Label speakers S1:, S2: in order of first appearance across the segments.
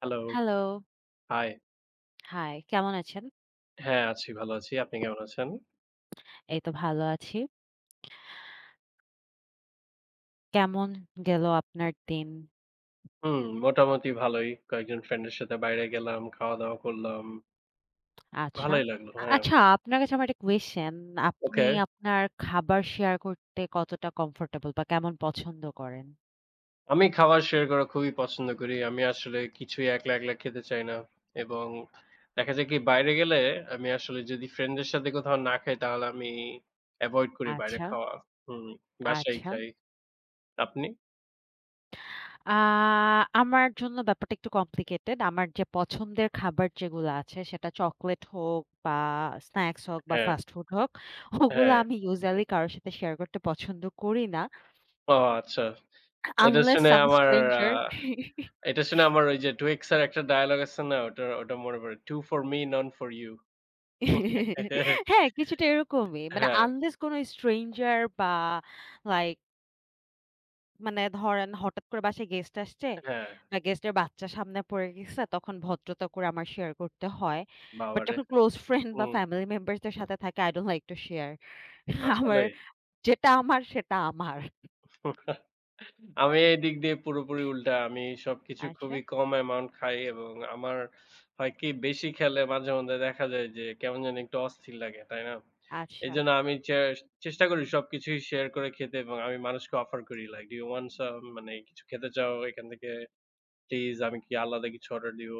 S1: Hello,
S2: hello,
S1: high.
S2: High কেমন আছেন?
S1: হ্যাঁ, ভালো আছি। আপনি কেমন আছেন?
S2: এই তো ভালো আছি। কেমন গেল আপনার দিন?
S1: হুম, মোটামুটি ভালোই। কয়েকজন ফ্রেন্ডের সাথে বাইরে গেলাম, খাওয়া-দাওয়া করলাম।
S2: আচ্ছা।
S1: ভালোই লাগলো। হ্যাঁ,
S2: আচ্ছা আপনার কাছে আমার একটা question, আপনি
S1: ওকে।
S2: আপনার খাবার শেয়ার করতে কতটা comfortable বা কেমন পছন্দ করেন?
S1: আমি খাবার শেয়ার করা খুবই পছন্দ করি। আমি আসলে কিছুই একলা, একলা খেতে চাই না এবং দেখা যায় কি বাইরে গেলে আমি আসলে যদি ফ্রেন্ডদের সাথে কোথাও না খাই তাহলে আমি এভয়েড করি বাইরে
S2: আচ্ছা,
S1: খাওয়া। হুম, বাসায়
S2: আচ্ছা।
S1: খাই। আপনি?
S2: আ আমার জন্য ব্যাপারটা একটু complicated। আমার যে পছন্দের খাবার যেগুলো আছে সেটা চকোলেট হোক বা স্ন্যাকস হোক বা
S1: হ্যাঁ,
S2: ফাস্ট ফুড হোক, ওগুলো
S1: হ্যাঁ।
S2: আমি usually কারো সাথে শেয়ার করতে পছন্দ করি না।
S1: ও আচ্ছা। এটা
S2: Unless
S1: শুনে
S2: some
S1: আমার আ
S2: stranger
S1: এটা শুনে আমার ওই যে 2X এর একটা ডায়ালগ আছে না? ওটা ওটা মনে পড়ে। "Two for me, none for you."
S2: হ্যাঁ, কিছুটা এরকমই। মানে
S1: হ্যাঁ,
S2: আনলেস কোন স্ট্রেঞ্জার বা লাইক মানে ধরেন হঠাৎ করে বাসায় গেস্ট আসছে
S1: হ্যাঁ।
S2: বা গেস্টের বাচ্চা সামনে পড়ে গেছে তখন ভদ্রতা করে আমার শেয়ার করতে হয়। বাট
S1: বাবারে!
S2: যখন ক্লোজ ফ্রেন্ড বা
S1: হুম,
S2: ফ্যামিলি মেম্বার্স দের সাথে থাকে I don't like to share. আমার
S1: আসলেই।
S2: যেটা আমার সেটা আমার।
S1: আমি এই দিক দিয়ে পুরোপুরি উল্টা। আমি সবকিছু
S2: আচ্ছা,
S1: খুবই কম অ্যামাউন্ট খাই এবং আমার হয় কি বেশি খেলে মাঝে মধ্যে দেখা যায় যে কেমন জানি একটু অস্থির লাগে, তাই না?
S2: আচ্ছা
S1: এজন্য আমি চে চেষ্টা করি সবকিছুই শেয়ার করে খেতে এবং আমি মানুষকে অফার করি। Like, "Do you want some?" মানে, "কিছু খেতে চাও? এখান থেকে প্লিজ আমি কি আলাদা কিছু অর্ডার দিব?"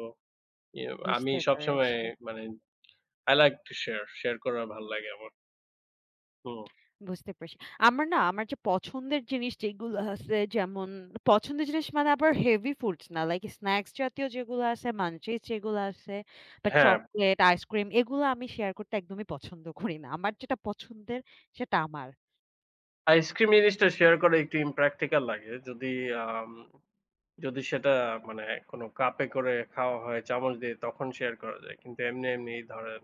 S1: ইয়ে আমি
S2: বুঝতে
S1: সবসময়
S2: পেরেছি।
S1: মানে I like to share, share করা ভাল লাগে আমার। হুম।
S2: বুঝতে পারছি। আমার না আমার যে পছন্দের জিনিস যেগুলো আছে যেমন পছন্দের জিনিস মানে আবার হেভি ফুডস না। লাইক স্ন্যাকস জাতীয় যেগুলো আছে, মাঞ্চিস যেগুলো আছে বা
S1: হ্যাঁ,
S2: চকোলেট, আইসক্রিম এগুলো আমি শেয়ার করতে একদমই পছন্দ করি না। আমার যেটা পছন্দের সেটা আমার।
S1: আইসক্রিম জিনিসটা শেয়ার করা একটু impractical লাগে। আম যদি সেটা মানে কোনো কাপে করে খাওয়া হয় চামচ দিয়ে তখন শেয়ার করা যায়। কিন্তু এমনি, এমনি ধরেন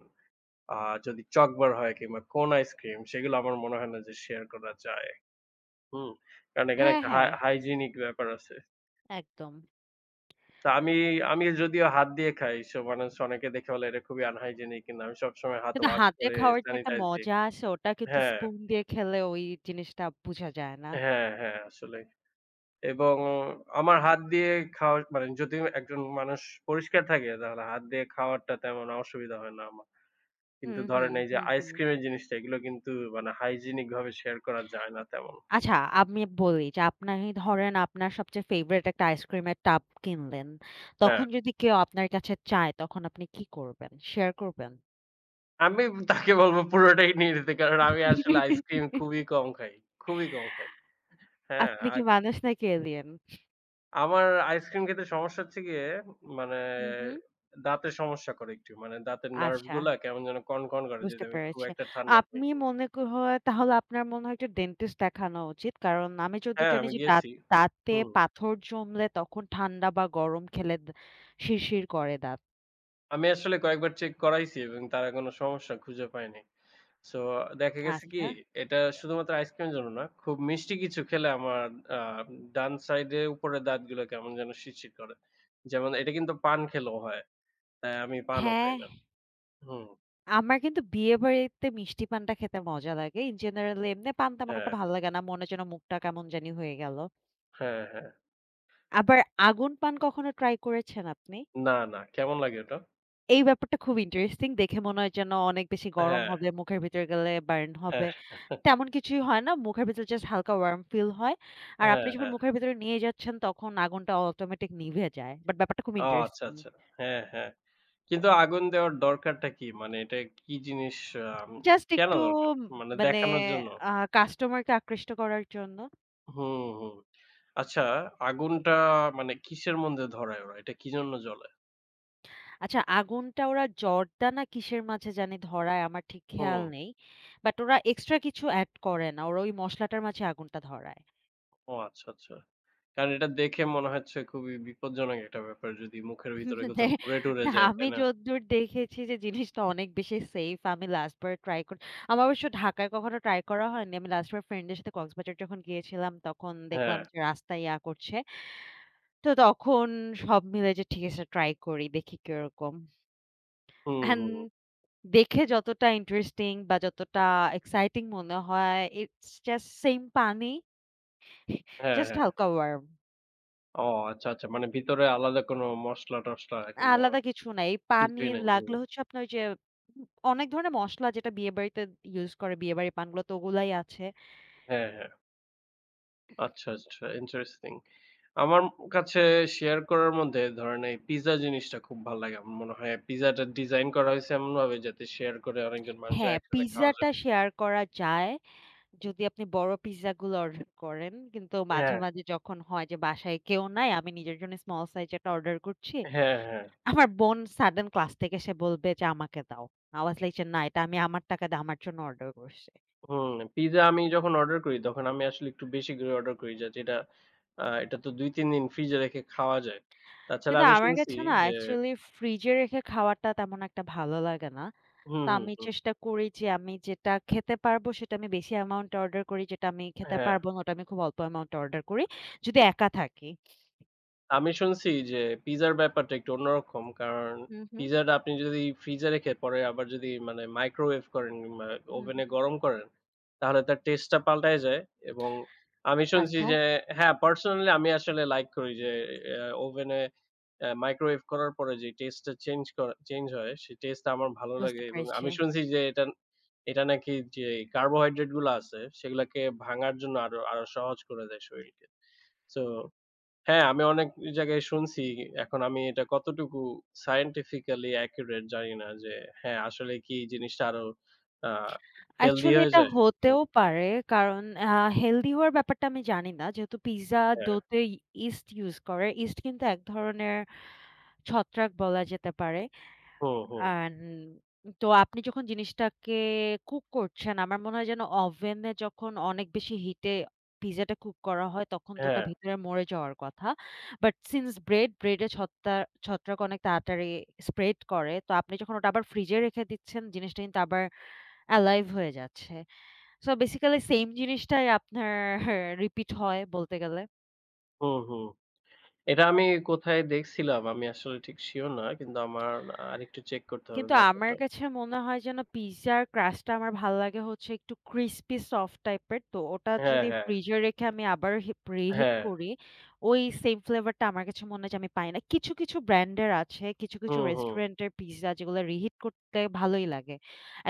S1: আ যদি চকবার হয় কিংবা কোন আইসক্রিম সেগুলো আমার মনে হয় না যে শেয়ার করা যায়। হুম? কারণ এখানে
S2: হ্যাঁ,
S1: একটা
S2: হ্যাঁ,
S1: হাইজিনিক ব্যাপার আছে।
S2: একদম।
S1: তো আমি, আমি যদিও হাত দিয়ে খাই। সো মানুষ অনেকে দেখে বলে এটা খুবই আনহাইজেনিক কিন্তু আমি সবসময় হাত
S2: কিন্তু
S1: ওয়াশ
S2: হাতে
S1: করে
S2: খাওয়ার যে একটা
S1: স্যানিটাইজ দিয়ে
S2: মজা
S1: খাই।
S2: আছে ওটা কিন্তু
S1: হ্যাঁ,
S2: স্পুন দিয়ে খেলে ওই জিনিসটা বুঝা যায় না।
S1: হ্যাঁ, হ্যাঁ আসলেই। এবং আমার হাত দিয়ে খাওয়ার মানে যদি একজন মানুষ পরিষ্কার থাকে তাহলে হাত দিয়ে খাওয়ারটা তেমন অসুবিধা হয় না আমার।
S2: হুম,
S1: কিন্তু
S2: হুম,
S1: ধরেন এই যে
S2: হুম, হুম।
S1: আইসক্রিমের জিনিসটা এগুলো কিন্তু মানে হাইজেনিক ভাবে শেয়ার করা যায় না তেমন।
S2: আচ্ছা, আমি বলি যে আপনার এই ধরেন আপনার সবচেয়ে ফেভারিট একটা আইসক্রিমের টাব কিনলেন।
S1: হ্যাঁ।
S2: তখন যদি কেউ আপনার কাছে চায় তখন আপনি কি করবেন? শেয়ার করবেন?
S1: আমি তাকে বলব পুরোটাই নিয়ে নিতে কারণ আমি আসলে আইসক্রিম খুবই কম খাই। খুবই কম খাই। হ্যাঁ,
S2: আপনি
S1: আর
S2: কি মানুষ নাকি এলিয়েন?
S1: আমার আইসক্রিম খেতে সমস্যা হচ্ছে গিয়ে মানে
S2: হুম, হুম।
S1: দাঁতের সমস্যা করে একটু। মানে দাঁতের নার্ভ
S2: আচ্ছা,
S1: গুলা কেমন যেন কনকন করে যদি
S2: বুঝতে
S1: আমি খুব
S2: পেরেছি।
S1: একটা ঠান্ডা খাই।
S2: আপনি
S1: হুম।
S2: মনে হয় তাহলে আপনার মনে হয় একটু ডেন্টিস্ট দেখানো উচিত। কারণ আমি যতদূর
S1: হ্যাঁ,
S2: জানি
S1: আমি
S2: যে দাঁত
S1: গেছি।
S2: দাঁতে
S1: হুম।
S2: পাথর জমলে তখন ঠান্ডা বা গরম খেলে শিরশির করে দাঁত।
S1: আমি আসলে কয়েকবার চেক করাইছি এবং তারা কোনো সমস্যা খুঁজে পায়নি। সো দেখা গেছে কি
S2: আচ্ছা।
S1: এটা শুধুমাত্র আইসক্রিমের জন্য না। খুব মিষ্টি কিছু খেলে আমার আ ডান সাইডে উপরের দাঁতগুলো কেমন যেন শিরশির করে। যেমন এটা কিন্তু পান খেলেও হয়। তাই আমি পানও খাই
S2: হ্যাঁ।
S1: না। হুম।
S2: আমার কিন্তু বিয়েবাড়িতে মিষ্টি পানটা খেতে মজা লাগে। ইন জেনারেল এমনি পান তেমন একটা
S1: হ্যাঁ,
S2: ভাল লাগে না। মনে হয় যেন মুখটা কেমন জানি হয়ে গেল।
S1: হ্যাঁ, হ্যাঁ।
S2: আবার আগুন পান কখনো ট্রাই করেছেন আপনি?
S1: না, না। কেমন লাগে ওটা?
S2: এই ব্যাপারটা খুব ইন্টারেস্টিং। দেখে মনে হয় যেন অনেক বেশি গরম
S1: হ্যাঁ,
S2: হবে, মুখের ভিতরে গেলে বার্ন
S1: হ্যাঁ,
S2: হবে। তেমন কিছুই হয় না। মুখের ভিতরে জাস্ট হালকা ওয়ার্ম ফিল হয়। আর
S1: হ্যাঁ,
S2: আপনি যখন
S1: হ্যাঁ।
S2: মুখের ভিতরে নিয়ে যাচ্ছেন তখন আগুনটা অটোমেটিক নিভে যায়। বাট ব্যাপারটা খুব
S1: ও আচ্ছা,
S2: ইন্টারেস্টিং।
S1: আচ্ছা। হ্যাঁ, হ্যাঁ। কিন্তু আগুন দেওয়ার দরকারটা কি? মানে এটা কি জিনিস আম
S2: জাস্ট
S1: কেন
S2: একটু
S1: দরকার? মানে
S2: মানে
S1: দেখানোর জন্য?
S2: আ কাস্টমারকে আকৃষ্ট করার জন্য।
S1: হুম, হুম। আচ্ছা আগুনটা মানে কিসের মধ্যে ধরায় ওরা? এটা কি জন্য জ্বলে?
S2: আচ্ছা আগুনটা ওরা জর্দা না কিসের মাঝে জানি ধরায় আমার ঠিক খেয়াল
S1: হুম।
S2: নেই। বাট ওরা এক্সট্রা কিছু এড করে না। ওরা ওই মসলাটার মাঝে আগুনটা ধরায়।
S1: ও আচ্ছা, আচ্ছা। কারণ এটা দেখে মনে হচ্ছে খুবই বিপজ্জনক একটা ব্যাপার যদি মুখের ভিতরে কোথাও পুড়ে-টুরে
S2: না
S1: যায়,
S2: আমি
S1: তাই না?
S2: যদ্দূর দেখেছি যে জিনিসটা অনেক বেশি সেফ। আমি লাস্ট বার ট্রাই কর আমার অবশ্য ঢাকায় কখনো ট্রাই করা হয়নি। আমি লাস্ট বার ফ্রেন্ডের সাথে কক্সবাজার যখন গিয়েছিলাম তখন
S1: হ্যাঁ।
S2: দেখলাম যে রাস্তায় ইয়া করছে। তো তখন সব মিলে যে ঠিক আছে ট্রাই করি দেখি কিরকম।
S1: হুম,
S2: অ্যান্ড
S1: হুম।
S2: দেখে যতটা ইন্টারেস্টিং বা যতটা এক্সাইটিং মনে হয় ইটস জাস্ট সেইম পানি
S1: হ্যাঁ,
S2: জাস্ট
S1: হ্যাঁ।
S2: হালকা ওয়ার্ম।
S1: ও আচ্ছা, আচ্ছা। মানে ভিতরে আলাদা কোনো মসলা-টসলা কিংবা
S2: আলাদা কিছু নাই। পানি
S1: কিছুই নাই। হুম।
S2: লাগলে হচ্ছে আপনার ওই যে অনেক ধরনের মসলা যেটা বিয়েবাড়িতে ইউস করে বিয়েবাড়ির পানগুলো তো ওগুলাই আছে।
S1: হ্যাঁ, হ্যাঁ। আচ্ছা, আচ্ছা ইন্টারেস্টিং। আমার কাছে শেয়ার করার মধ্যে ধরেন এই পিজ্জা জিনিসটা খুব ভাল লাগে। আমার মনে হয় পিজ্জাটা ডিজাইন করা হইছে এমনভাবে যাতে শেয়ার করে অনেকজন মানুষের
S2: হ্যাঁ,
S1: একসাথে খাওয়া যায়।
S2: পিজ্জাটা শেয়ার করা যায় যদি আপনি বড় পিজ্জাগুলো অর্ডার করেন। কিন্তু মাঝে,
S1: হ্যাঁ,
S2: মাঝে যখন হয় যে বাসায় কেউ নাই আমি নিজের জন্য স্মল সাইজ একটা অর্ডার করছি।
S1: হ্যাঁ, হ্যাঁ।
S2: আমার বোন সাডেন ক্লাস থেকে এসে বলবে যে, "আমাকে দাও।" I was like যে, "না, এটা আমি আমার টাকা দিয়ে আমার জন্য অর্ডার করছি।"
S1: হুম, পিজ্জা আমি যখন অর্ডার করি তখন আমি আসলে একটু বেশি করে অর্ডার করি যাতে এটা তো ২-৩ দিন ফ্রিজে রেখে খাওয়া যায়। তাছাড়া
S2: কিন্তু
S1: আমি
S2: আমার
S1: শুনছি
S2: কাছে না
S1: যে
S2: অ্যাকচুয়ালি ফ্রিজে রেখে খাওয়াটা তেমন একটা ভালো লাগে না।
S1: হুম,
S2: তো
S1: হুম,
S2: আমি
S1: হুম।
S2: চেষ্টা করি যে আমি যেটা খেতে পারবো সেটা আমি বেশি অ্যামাউন্টে অর্ডার করি, যেটা আমি খেতে
S1: হ্যাঁ।
S2: পারবো না ওটা আমি খুব অল্প অ্যামাউন্টে অর্ডার করি, যদি একা থাকি।
S1: আমি শুনছি যে পিজ্জার ব্যাপারটা একটু অন্যরকম। কারণ
S2: হুম, হুম,
S1: পিজ্জাটা আপনি যদি ফ্রিজে রেখে পরে আবার যদি মানে মাইক্রোওয়েভ করেন কিংবা
S2: হুম,
S1: ওভেনে
S2: হুম।
S1: গরম করেন, তাহলে তার টেস্টটা পাল্টায় যায় এবং আমি শুনছি
S2: আচ্ছা,
S1: যে হ্যাঁ, পার্সোনালি আমি আসলে লাইক করি যে এ ওভেনে মাইক্রোওয়েভ করার পরে যে টেস্টটা চেঞ্জ হয়, সেই টেস্টটা আমার ভালো
S2: বুঝতে
S1: লাগে এবং
S2: পেরেছি।
S1: আমি শুনছি যে এটা এটা নাকি যে কার্বোহাইড্রেট গুলা আছে, সেগুলাকে ভাঙার জন্য আরো আরো সহজ করে দেয় শরীরকে। সো হ্যাঁ, আমি অনেক জায়গায় শুনছি। এখন আমি এটা কতটুকু scientifically accurate জানি না যে হ্যাঁ, আসলে কি জিনিসটা আরো আ হেলথি
S2: অ্যাকচুয়ালি
S1: হয়ে
S2: এটা
S1: যায়? হুম,
S2: হতেও পারে। কারণ আ হেলদি হওয়ার ব্যাপারটা আমি জানি না। যেহেতু পিজ্জা
S1: হ্যাঁ,
S2: ডো তে ইস্ট ইউস করে। ইস্ট কিন্তু এক ধরনের ছত্রাক বলা যেতে পারে।
S1: হুম, হুম,
S2: অ্যান্ড তো আপনি যখন জিনিসটাকে কুক করছেন, আমার মনে হয় যেন ওভেনে যখন অনেক বেশি হিটে পিজ্জাটা কুক করা হয়, তখন তো ওটা
S1: হ্যাঁ,
S2: ভিতরে মরে যাওয়ার কথা। বাট সিন্স ব্রেডে ছত্রাক অনেক তাড়াতাড়ি স্প্রেড করে। তো আপনি যখন ওটা আবার ফ্রিজে রেখে দিচ্ছেন, জিনিসটা কিন্তু আবার এলাইভ হয়ে যাচ্ছে। সো বেসিক্যালি সেম জিনিসটাই আপনার রিপিট হয় বলতে গেলে।
S1: হুম, হুম। এটা আমি কোথায় দেখছিলাম আমি আসলে ঠিক সিউর না। কিন্তু আমার আরেকটু চেক করতে হবে
S2: কিন্তু আমার
S1: ব্যাপারটা।
S2: কাছে মনে হয় যেন পিজ্জার ক্রাস্টটা আমার ভাল লাগে হচ্ছে একটু ক্রিসপি সফট টাইপের। তো ওটা
S1: হ্যাঁ,
S2: যদি
S1: হ্যাঁ,
S2: ফ্রিজে রেখে আমি আবার হিপ রিহিট
S1: হ্যাঁ,
S2: করি, ওই সেম ফ্লেভারটা আমার কাছে মনে হয় যে আমি পাই না। কিছু ব্র্যান্ডের আছে, কিছু
S1: হুম, হুম,
S2: রেস্টুরেন্টের পিজ্জা যেগুলো রিহিট করতে ভালোই লাগে।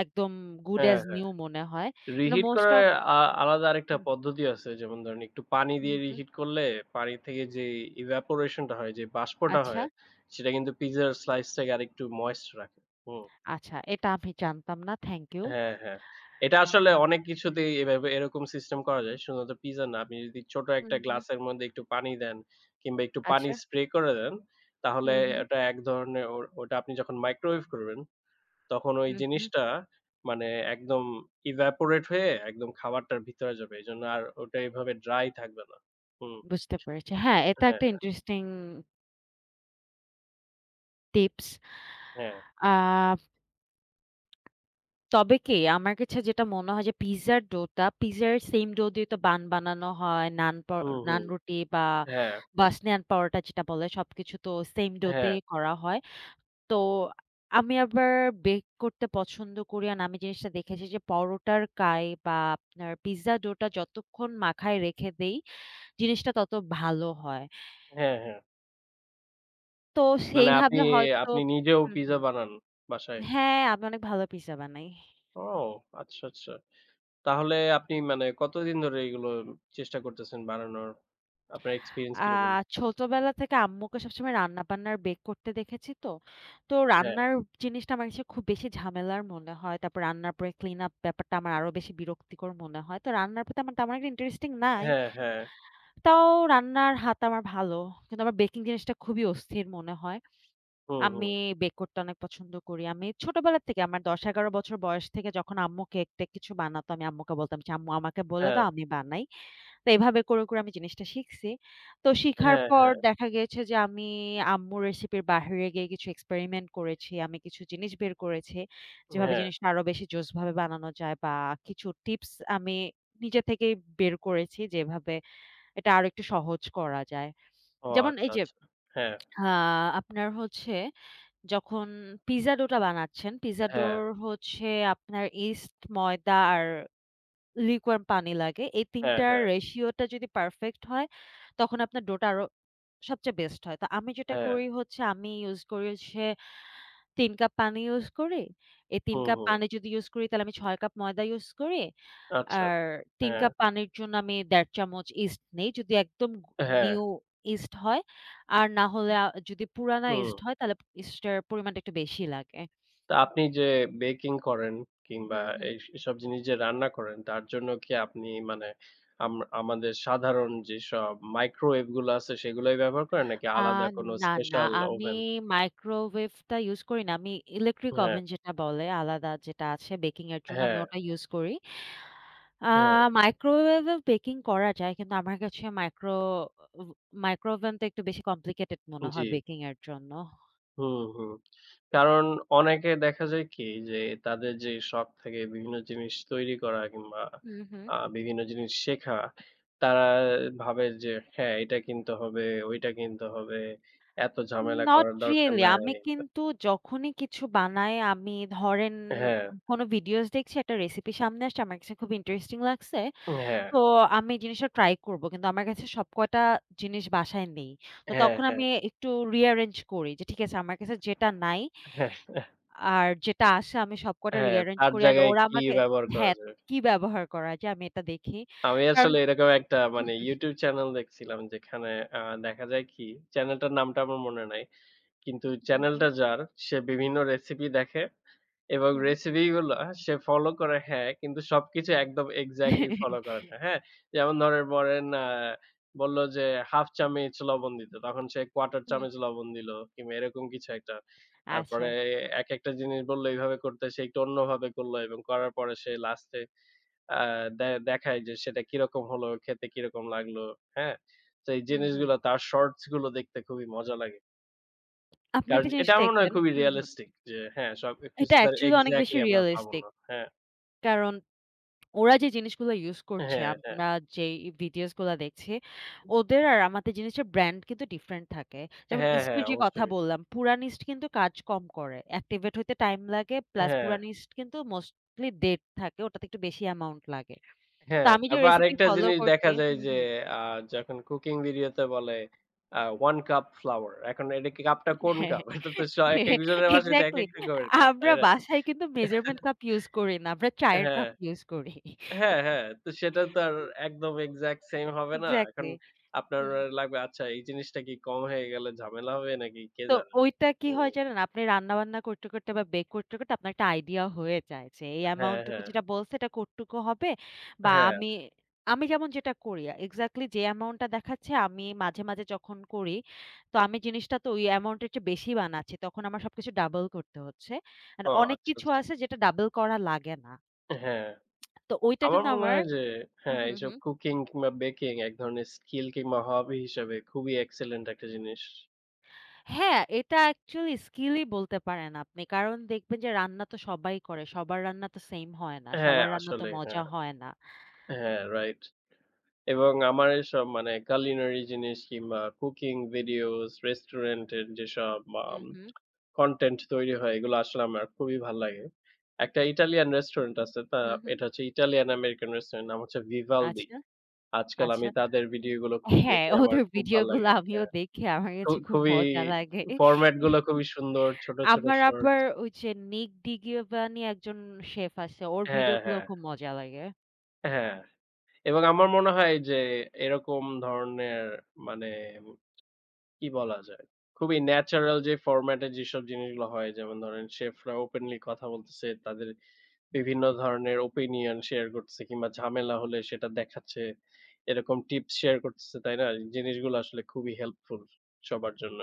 S2: একদম গুড
S1: হ্যাঁ,
S2: অ্যাজ
S1: হ্যাঁ।
S2: নিউ মনে হয়। কিন্তু
S1: রিহিট
S2: মোস্ট
S1: করার
S2: অফ
S1: আ আলাদা আরেকটা
S2: হুম,
S1: পদ্ধতি আছে। যেমন ধরেন একটু পানি
S2: হুম,
S1: দিয়ে
S2: হুম।
S1: রিহিট করলে পানি থেকে যে evaporation টা হয়, যে বাষ্পটা
S2: আচ্ছা,
S1: হয়, সেটা কিন্তু পিজ্জার স্লাইসটাকে আরেকটু ময়েস্ট রাখে। হুম।
S2: আচ্ছা এটা আমি জানতাম না। Thank you.
S1: হ্যাঁ, হ্যাঁ। এটা আসলে অনেক কিছুতেই এভাবে এরকম সিস্টেম করা যায়। শুধুমাত্র পিজ্জা না। আপনি যদি ছোট
S2: হুম,
S1: একটা
S2: হুম।
S1: গ্লাসের মধ্যে একটু পানি দেন কিংবা একটু পানি
S2: আচ্ছা।
S1: স্প্রে করে দেন, তাহলে
S2: হুম, হুম,
S1: এটা এক ধরনের ওটা আপনি যখন মাইক্রোওয়েভ করবেন তখন ওই
S2: হুম, হুম।
S1: জিনিসটা মানে একদম evaporate হয়ে একদম খাবারটার ভিতরে যাবে। এজন্য আর ওটা এভাবে ড্রাই থাকবে না। হুম,
S2: বুঝতে পেরেছি। হ্যাঁ, এটা
S1: হ্যাঁ,
S2: একটা ইন্টারেস্টিং টিপস।
S1: হ্যাঁ।
S2: আ তবে কি আমার কাছে যেটা মনে হয় যে পিজ্জার ডোটা, পিজ্জার সেম ডো দিয়ে তো বান বানানো হয়,
S1: হুম, হুম।
S2: নান রুটি বা
S1: হ্যাঁ,
S2: বাসনি নান পরোটা যেটা বলে সবকিছু তো সেম ডো
S1: হ্যাঁ,
S2: দিয়ে করা হয়। তো আমি আবার বেক করতে পছন্দ করি। আর আমি জিনিসটা দেখেছি যে পরোটার কাই বা আপনার পিজ্জা ডোটা যতক্ষণ মাখায় রেখে দেই, জিনিসটা তত ভালো হয়।
S1: হ্যাঁ, হ্যাঁ।
S2: তো
S1: মানে আপনি
S2: সেইভাবে হয়তো
S1: আপনি নিজেও
S2: হুম,
S1: পিজ্জা
S2: হুম।
S1: বানান বাসায়?
S2: হ্যাঁ, আমি অনেক ভালো পিজ্জা বানাই।
S1: ও আচ্ছা, আচ্ছা। তাহলে আপনি মানে কতদিন ধরে এগুলো চেষ্টা করতেছেন বানানোর? আপনার এক্সপেরিয়েন্স
S2: আ
S1: কিরকম?
S2: ছোটবেলা থেকে আম্মুকে সবসময় রান্না-বান্নার বেক করতে দেখেছি তো। তো
S1: হ্যাঁ,
S2: রান্নার জিনিসটা আমার কাছে খুব বেশি ঝামেলার মনে হয়। তারপর রান্নার পরে ক্লিন আপ ব্যাপারটা আমার আরো বেশি বিরক্তিকর মনে হয়। তো রান্নার প্রতি আমার তেমন একটা ইন্টারেস্টিং নাই।
S1: হ্যাঁ, হ্যাঁ।
S2: তাও রান্নার হাত আমার ভালো। কিন্তু আমার বেকিং জিনিসটা খুবই অস্থির মনে হয়।
S1: হুম, হুম।
S2: আমি বেক করতে অনেক পছন্দ করি। আমি ছোটবেলা থেকে আমার ১০-১১ বছর বয়স থেকে যখন আম্মু কেক-টেক কিছু বানাতো, আমি আম্মুকে বলতাম যে, "আম্মু আমাকে বলে
S1: হ্যাঁ,
S2: দাও, আমি বানাই।" তো এভাবে করে আমি জিনিসটা শিখছি। তো শিখার
S1: হ্যাঁ,
S2: পর
S1: হ্যাঁ,
S2: দেখা গিয়েছে যে আমি আম্মুর রেসিপির বাহিরে গিয়ে কিছু এক্সপেরিমেন্ট করেছি। আমি কিছু জিনিস বের করেছি, যেভাবে
S1: হ্যাঁ।
S2: জিনিসটা আরো বেশি জোসভাবে বানানো যায় বা কিছু টিপস আমি নিজে থেকেই বের করেছি, যেভাবে এটা আরো একটু সহজ করা যায়।
S1: ও
S2: যেমন
S1: আচ্ছা,
S2: এই যে
S1: আচ্ছা। হ্যাঁ,
S2: আ আপনার হচ্ছে যখন পিজ্জা ডোটা বানাচ্ছেন, পিজ্জা
S1: হ্যাঁ,
S2: ডোর হচ্ছে আপনার ইস্ট, ময়দা আর লিকুইড পানি লাগে। এই ৩
S1: হ্যাঁ,
S2: টার
S1: হ্যাঁ,
S2: রেশিওটা যদি পারফেক্ট হয়, তখন আপনার ডোটা আরো সবচেয়ে বেস্ট হয়। তো আমি যেটা
S1: হ্যাঁ।
S2: করি হচ্ছে আমি ইউস করি হচ্ছে ৩ কাপ পানি ইউজ করি। এই ৩
S1: হুম,
S2: কাপ
S1: হুম।
S2: পানি যদি ইউজ করি তাহলে আমি ৬ কাপ ময়দা ইউজ করি।
S1: আচ্ছা, আচ্ছা।
S2: আর ৩
S1: হ্যাঁ,
S2: কাপ পানির জন্য আমি ১.৫ চামচ ইস্ট নেই। যদি একদম
S1: হ্যাঁ,
S2: নিউ ইস্ট হয়। আর না হলে যদি পুরানা
S1: হুম।
S2: ইস্ট হয় তাহলে ইস্টের পরিমাণটা একটু বেশি লাগে।
S1: তা আপনি যে বেকিং করেন কিংবা
S2: হুম, হুম।
S1: এসব জিনিস যে রান্না করেন তার জন্য কি আপনি মানে আম আমাদের সাধারণ যেসব মাইক্রোওয়েভ গুলো আছে সেগুলোই ব্যবহার করেন নাকি
S2: আ
S1: আলাদা কোনো
S2: না, না
S1: স্পেশাল
S2: আমি
S1: ওভেন?
S2: মাইক্রোওয়েভটা ইউজ করি না। আমি ইলেকট্রিক
S1: হ্যাঁ,
S2: ওভেন যেটা বলে আলাদা যেটা আছে বেকিং এর জন্য আমি
S1: হ্যাঁ,
S2: ওটা ইউজ করি। আ
S1: হ্যাঁ,
S2: মাইক্রোওয়েভেও বেকিং করা যায়। কিন্তু আমার কাছে ও মাইক্রোওভেনটা একটু বেশি কমপ্লিকেটেড মনে
S1: জি।
S2: হয় বেকিং এর জন্য।
S1: হুম, হুম। কারণ অনেকে দেখা যায় কি যে তাদের যে শখ থাকে বিভিন্ন জিনিস তৈরি করা কিংবা
S2: হুম, হুম।
S1: বিভিন্ন জিনিস শেখা, তারা ভাবে যে হ্যাঁ, এটা কিনতে হবে, ওইটা কিনতে হবে, এত ঝামেলা
S2: নট
S1: করার দরকার
S2: রিয়ালি।
S1: নাই।
S2: আমি কিন্তু যখনই কিছু বানাই আমি ধরেন
S1: হ্যাঁ,
S2: কোনো ভিডিওস দেখছি একটা রেসিপি সামনে আসছে আমার কাছে খুব ইন্টারেস্টিং লাগছে।
S1: হ্যাঁ,
S2: তো আমি জিনিসটা ট্রাই করব। কিন্তু আমার কাছে সব কয়টা জিনিস বাসায় নেই। তো
S1: হ্যাঁ,
S2: তখন
S1: হ্যাঁ,
S2: আমি একটু rearrange করি যে ঠিক আছে আমার কাছে যেটা নাই
S1: হ্যাঁ,
S2: আর যেটা আসে আমি সব কয়টা
S1: হ্যাঁ,
S2: rearrange
S1: তার
S2: করি and
S1: জায়গায়
S2: ওরা
S1: কি
S2: আমাকে
S1: ব্যবহার করা
S2: হ্যাঁ,
S1: যাবে?
S2: কি ব্যবহার করা যায় আমি এটা দেখি।
S1: আমি
S2: কারণ
S1: আসলে এরকম একটা
S2: হুম,
S1: মানে
S2: হুম,
S1: YouTube চ্যানেল দেখছিলাম যেখানে আ দেখা যায় কি চ্যানেলটার নামটা আমার মনে নাই। কিন্তু
S2: হুম,
S1: চ্যানেলটা যার, সে বিভিন্ন রেসিপি দেখে এবং
S2: হুম, হুম,
S1: রেসিপিগুলা সে ফলো করে হ্যাঁ, কিন্তু সবকিছু একদম এক্সাক্টলি ফলো করে না, হ্যাঁ? যেমন ধরেন বলেন আ বলল যে ১/২ চামচ লবণ দিতে, তখন সে ১/৪
S2: হুম।
S1: চামচ লবণ দিল কিংবা এরকম কিছু একটা।
S2: আচ্ছা।
S1: তারপরে একেকটা জিনিস বলল এইভাবে করতে, সে একটু অন্যভাবে করল এবং করার পরে সে লাস্টে আ দে দেখায় যে সেটা কিরকম হলো, খেতে কিরকম লাগলো, হ্যাঁ? তো এই
S2: হুম, হুম।
S1: জিনিসগুলা তার শর্টস গুলো দেখতে খুবই মজা লাগে।
S2: আপনি
S1: কারণ
S2: একটা জিনিস
S1: এটা আমার মনে হয়
S2: দেখবেন
S1: খুবই
S2: হুম, হুম।
S1: রিয়ালিস্টিক যে হ্যাঁ, সব কিছু
S2: এটা
S1: তার
S2: actually অনেক বেশি
S1: এক্সাক্টলি আমরা পাবো
S2: realistic
S1: না। হ্যাঁ,
S2: কারণ ওরা যে জিনিসগুলো ইউস করছে,
S1: হ্যাঁ, হ্যাঁ।
S2: আমরা যেই ভিডিওস গুলা দেখছি, ওদের আর আমাদের জিনিসের ব্র্যান্ড কিন্তু ডিফারেন্ট থাকে। যেমন
S1: হ্যাঁ,
S2: ইস্ট
S1: হ্যাঁ,
S2: এর যে কথা
S1: অবশ্যই।
S2: বললাম, পুরান ইস্ট কিন্তু কাজ কম করে। অ্যাক্টিভেট হইতে টাইম লাগে। প্লাস
S1: হ্যাঁ,
S2: পুরান ইস্ট কিন্তু মোস্টলি ডেট থাকে। ওটাতে একটু বেশি অ্যামাউন্ট লাগে। তো
S1: হ্যাঁ।
S2: আমি যে
S1: তারপর
S2: রেসিপি
S1: আরেকটা
S2: ফলো
S1: জিনিস দেখা
S2: করছি
S1: যায়
S2: হুম,
S1: যে
S2: হুম।
S1: আ যখন কুকিং ভিডিওতে বলে আ ১ কাপ ফ্লাওয়ার। এখন এটা কি কাপটা কোন
S2: হ্যাঁ,
S1: কাপ? এটা তো
S2: হ্যাঁ।
S1: একেকজনের বাসায় তো
S2: এক্সাক্টলি।
S1: একেক রকমের কাপ, তাই
S2: আমরা
S1: না?
S2: বাসায় কিন্তু মেজারমেন্ট কাপ ইউস করি না। আমরা চায়ের
S1: হ্যাঁ,
S2: কাপ ইউস করি।
S1: হ্যাঁ, হ্যাঁ। তো সেটা তো আর একদম এক্সাক্ট সেম হবে না। এখন
S2: এক্সাক্টলি।
S1: আপনার
S2: হুম।
S1: লাগবে আচ্ছা এই জিনিসটা কি কম হয়ে গেলে ঝামেলা হবে নাকি কে
S2: তো
S1: জানে?
S2: ওইটা কি
S1: হুম।
S2: হয় জানেন? আপনি রান্না-বান্না করতে বা বেক করতে আপনার একটা আইডিয়া হয়ে যায় যে এই
S1: হ্যাঁ,
S2: অ্যামাউন্ট টুকু
S1: হ্যাঁ।
S2: যেটা বলছে এটা কতটুকু হবে বা
S1: হ্যাঁ।
S2: আমি আমি যেমন যেটা করি এক্সাক্টলি যে অ্যামাউন্টটা দেখাচ্ছে আমি মাঝে মাঝে যখন করি তো আমি জিনিসটা তো ওই অ্যামাউন্টের চেয়ে বেশি বানাচ্ছি। তখন আমার সবকিছু ডাবল করতে হচ্ছে। আর
S1: ও
S2: অনেক
S1: আচ্ছা,
S2: কিছু
S1: আচ্ছা।
S2: আছে যেটা ডাবল করা লাগে না।
S1: হ্যাঁ,
S2: তো ওইটা
S1: আমার
S2: কিন্তু
S1: মনে
S2: আমার
S1: হয় যে হ্যাঁ,
S2: হুম,
S1: এইসব
S2: হুম।
S1: কুকিং কিংবা বেকিং এক ধরনের স্কিল কিংবা হবি হিসাবে খুবই এক্সেলেন্ট একটা জিনিস।
S2: হ্যাঁ, এটা অ্যাকচুয়ালি স্কিলই বলতে পারেন আপনি। কারণ দেখবেন যে রান্না তো সবাই করে। সবার রান্না তো সেইম হয় না।
S1: হ্যাঁ,
S2: সবার রান্না তো
S1: আসলে হ্যাঁ,
S2: মজা হয় না।
S1: হ্যাঁ, রাইট। এবং আমার এসব মানে culinary জিনিস কিংবা কুকিং ভিডিওস, রেস্টুরেন্টের যেসব
S2: হুম,
S1: আম
S2: হুম।
S1: কনটেন্ট তৈরি হয় এগুলো আসলে আমার খুবই ভাল লাগে। একটা ইটালিয়ান রেস্টুরেন্ট আছে
S2: হুম, হুম।
S1: এটা হচ্ছে ইটালিয়ান আমেরিকান রেস্টুরেন্ট নাম হচ্ছে Vivaldi।
S2: আচ্ছা,
S1: আজকাল
S2: আচ্ছা।
S1: আমি তাদের ভিডিও গুলো খুব
S2: হ্যাঁ,
S1: দেখি আমার
S2: ওদের
S1: খুব ভাল
S2: ভিডিওগুলো
S1: লাগে।
S2: আমিও
S1: হ্যাঁ।
S2: দেখি। আমার কাছে খুব
S1: খুবই
S2: মজা লাগে।
S1: ফরম্যাট গুলো খুবই সুন্দর। ছোট, ছোট
S2: আমার আবার
S1: শর্টস
S2: ওই যে Nick DiGiovanni একজন শেফ আছে। ওর
S1: হ্যাঁ,
S2: ভিডিওগুলো
S1: হ্যাঁ,
S2: খুব মজা লাগে।
S1: হ্যাঁ। এবং আমার মনে হয় যে এরকম ধরনের মানে কি বলা যায়? খুবই ন্যাচারাল যে ফরম্যাট এ যেসব জিনিসগুলো হয় যেমন ধরেন শেফরা ওপেনলি কথা বলতেছে। তাদের বিভিন্ন ধরনের ওপিনিয়ন শেয়ার করতেছে কিংবা ঝামেলা হলে সেটা দেখাচ্ছে। এরকম টিপস শেয়ার করতেছে, তাই না? জিনিসগুলো আসলে খুবই হেল্পফুল সবার জন্য।